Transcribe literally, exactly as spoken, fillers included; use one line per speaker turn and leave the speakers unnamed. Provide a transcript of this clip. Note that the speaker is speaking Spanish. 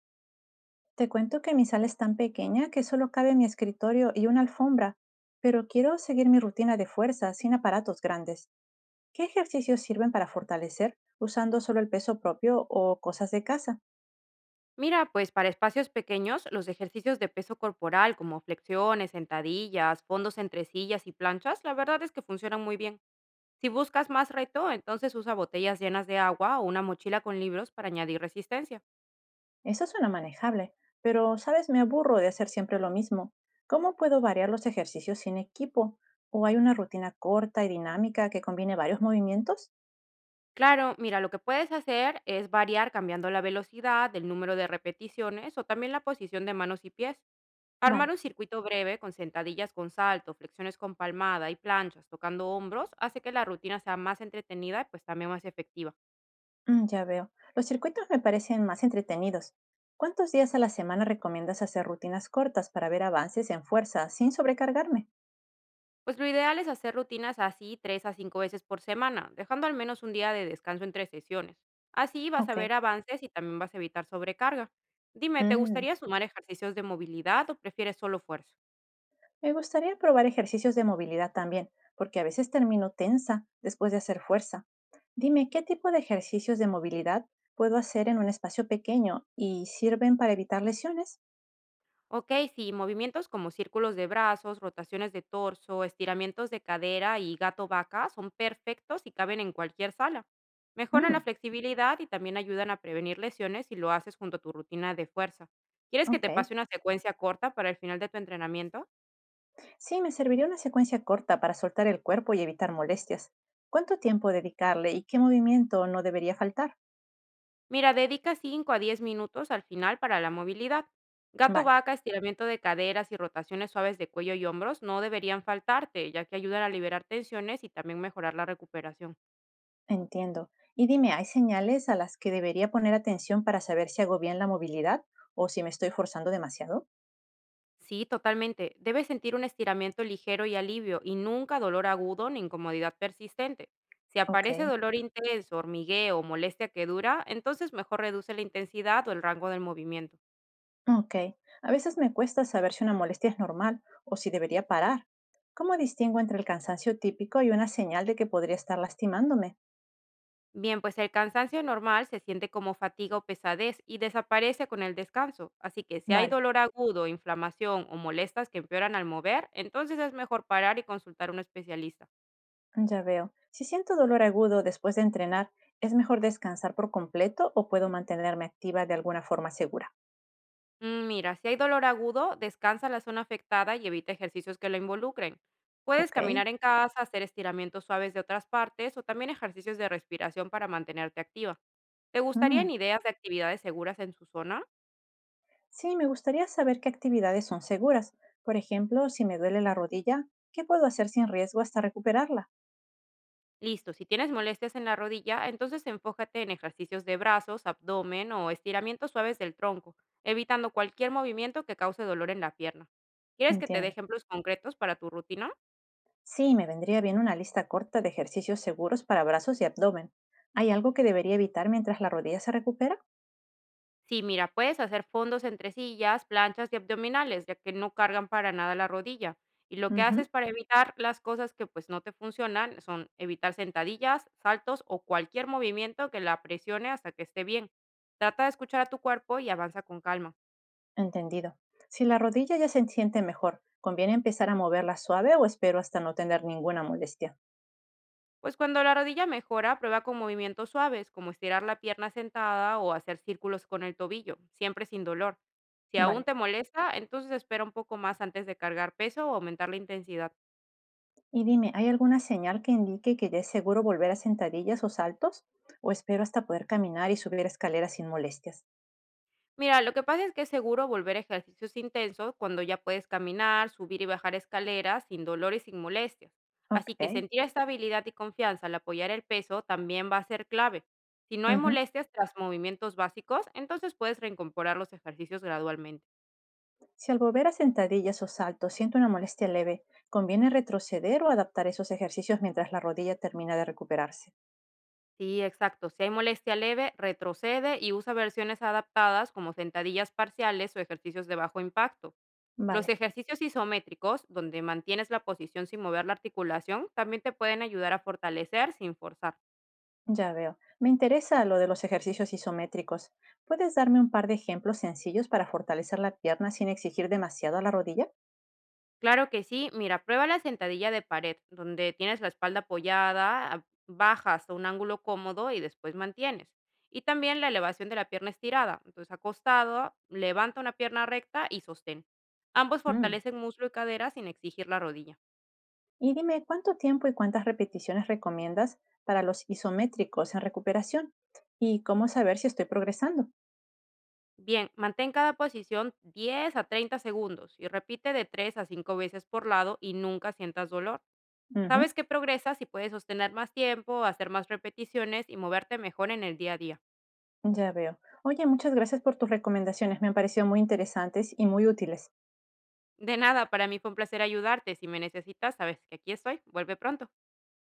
Te cuento que mi sala es tan pequeña que solo cabe mi escritorio y una alfombra, pero quiero seguir mi rutina de fuerza sin aparatos grandes. ¿Qué ejercicios sirven para fortalecer usando solo el peso propio o cosas de casa?
Mira, pues para espacios pequeños, los ejercicios de peso corporal como flexiones, sentadillas, fondos entre sillas y planchas, la verdad es que funcionan muy bien. Si buscas más reto, entonces usa botellas llenas de agua o una mochila con libros para añadir resistencia.
Eso suena manejable, pero sabes, me aburro de hacer siempre lo mismo. ¿Cómo puedo variar los ejercicios sin equipo? ¿O hay una rutina corta y dinámica que combine varios movimientos?
Claro, mira, lo que puedes hacer es variar cambiando la velocidad, el número de repeticiones o también la posición de manos y pies. Armar
Vale.
un circuito breve con sentadillas con salto, flexiones con palmada y planchas tocando hombros hace que la rutina sea más entretenida y pues también más efectiva.
Mm, ya veo. Los circuitos me parecen más entretenidos. ¿Cuántos días a la semana recomiendas hacer rutinas cortas para ver avances en fuerza sin sobrecargarme?
Pues lo ideal es hacer rutinas así tres a cinco veces por semana, dejando al menos un día de descanso entre sesiones. Así vas a
Ok.
ver avances y también vas a evitar sobrecarga. Dime, ¿te
Mm.
gustaría sumar ejercicios de movilidad o prefieres solo fuerza?
Me gustaría probar ejercicios de movilidad también, porque a veces termino tensa después de hacer fuerza. Dime, ¿qué tipo de ejercicios de movilidad puedo hacer en un espacio pequeño y sirven para evitar lesiones?
Ok, sí, movimientos como círculos de brazos, rotaciones de torso, estiramientos de cadera y gato vaca son perfectos y caben en cualquier sala. Mejoran la
Mm,
flexibilidad y también ayudan a prevenir lesiones si lo haces junto a tu rutina de fuerza. ¿Quieres que
ok.
te pase una secuencia corta para el final de tu entrenamiento?
Sí, me serviría una secuencia corta para soltar el cuerpo y evitar molestias. ¿Cuánto tiempo dedicarle y qué movimiento no debería faltar?
Mira, dedica cinco a diez minutos al final para la movilidad. Gato
Vale,
vaca, estiramiento de caderas y rotaciones suaves de cuello y hombros no deberían faltarte, ya que ayudan a liberar tensiones y también mejorar la recuperación.
entiendo. Y dime, ¿hay señales a las que debería poner atención para saber si hago bien la movilidad o si me estoy forzando demasiado?
Sí, totalmente. Debes sentir un estiramiento ligero y alivio y nunca dolor agudo ni incomodidad persistente. Si
Ok,
aparece dolor intenso, hormigueo o molestia que dura, entonces mejor reduce la intensidad o el rango del movimiento.
ok. A veces me cuesta saber si una molestia es normal o si debería parar. ¿Cómo distingo entre el cansancio típico y una señal de que podría estar lastimándome?
Bien, pues el cansancio normal se siente como fatiga o pesadez y desaparece con el descanso. Así que si hay
Vale.
dolor agudo, inflamación o molestas que empeoran al mover, entonces es mejor parar y consultar a un especialista.
Ya veo. Si siento dolor agudo después de entrenar, ¿es mejor descansar por completo o puedo mantenerme activa de alguna forma segura?
Mm, mira, si hay dolor agudo, descansa la zona afectada y evita ejercicios que lo involucren. Puedes
Ok.
caminar en casa, hacer estiramientos suaves de otras partes o también ejercicios de respiración para mantenerte activa. ¿Te
Mm.
gustarían ideas de actividades seguras en su zona?
Sí, me gustaría saber qué actividades son seguras. Por ejemplo, si me duele la rodilla, ¿qué puedo hacer sin riesgo hasta recuperarla?
Listo, si tienes molestias en la rodilla, entonces enfócate en ejercicios de brazos, abdomen o estiramientos suaves del tronco, evitando cualquier movimiento que cause dolor en la pierna. ¿Quieres que te dé
Entiendo.
ejemplos concretos para tu rutina?
Sí, me vendría bien una lista corta de ejercicios seguros para brazos y abdomen. ¿Hay algo que debería evitar mientras la rodilla se recupera?
Sí, mira, puedes hacer fondos entre sillas, planchas y abdominales, ya que no cargan para nada la rodilla. Y lo que haces
Ujú.
para evitar las cosas que pues no te funcionan son evitar sentadillas, saltos o cualquier movimiento que la presione hasta que esté bien. Trata de escuchar a tu cuerpo y avanza con calma.
Entendido. Si la rodilla ya se siente mejor, ¿conviene empezar a moverla suave o espero hasta no tener ninguna molestia?
Pues cuando la rodilla mejora, prueba con movimientos suaves, como estirar la pierna sentada o hacer círculos con el tobillo, siempre sin dolor. Si aún
Vale.
te molesta, entonces espera un poco más antes de cargar peso o aumentar la intensidad.
Y dime, ¿hay alguna señal que indique que ya es seguro volver a sentadillas o saltos? ¿O espero hasta poder caminar y subir escaleras sin molestias?
Mira, lo que pasa es que es seguro volver a ejercicios intensos cuando ya puedes caminar, subir y bajar escaleras sin dolor y sin molestias. Así que
Ok.
sentir estabilidad y confianza al apoyar el peso también va a ser clave. Si no hay
Ujú.
molestias tras movimientos básicos, entonces puedes reincorporar los ejercicios gradualmente.
Si al volver a sentadillas o saltos siento una molestia leve, ¿conviene retroceder o adaptar esos ejercicios mientras la rodilla termina de recuperarse?
Sí, exacto. Si hay molestia leve, retrocede y usa versiones adaptadas como sentadillas parciales o ejercicios de bajo impacto. Los
Vale.
ejercicios isométricos, donde mantienes la posición sin mover la articulación, también te pueden ayudar a fortalecer sin forzar.
Ya veo. Me interesa lo de los ejercicios isométricos. ¿Puedes darme un par de ejemplos sencillos para fortalecer la pierna sin exigir demasiado a la rodilla?
Claro que sí. Mira, prueba la sentadilla de pared, donde tienes la espalda apoyada, a- baja hasta un ángulo cómodo y después mantienes. Y también la elevación de la pierna estirada. Entonces, acostado, levanta una pierna recta y sostén. Ambos
Mm.
fortalecen muslo y cadera sin exigir la rodilla.
Y dime, ¿cuánto tiempo y cuántas repeticiones recomiendas para los isométricos en recuperación? ¿Y cómo saber si estoy progresando?
Bien, mantén cada posición diez a treinta segundos y repite de tres a cinco veces por lado y nunca sientas dolor.
Ujú,
Sabes que progresas y puedes sostener más tiempo, hacer más repeticiones y moverte mejor en el día a día.
ya veo. Oye, muchas gracias por tus recomendaciones. Me han parecido muy interesantes y muy útiles.
De nada, para mí fue un placer ayudarte. Si me necesitas, sabes que aquí estoy. Vuelve pronto.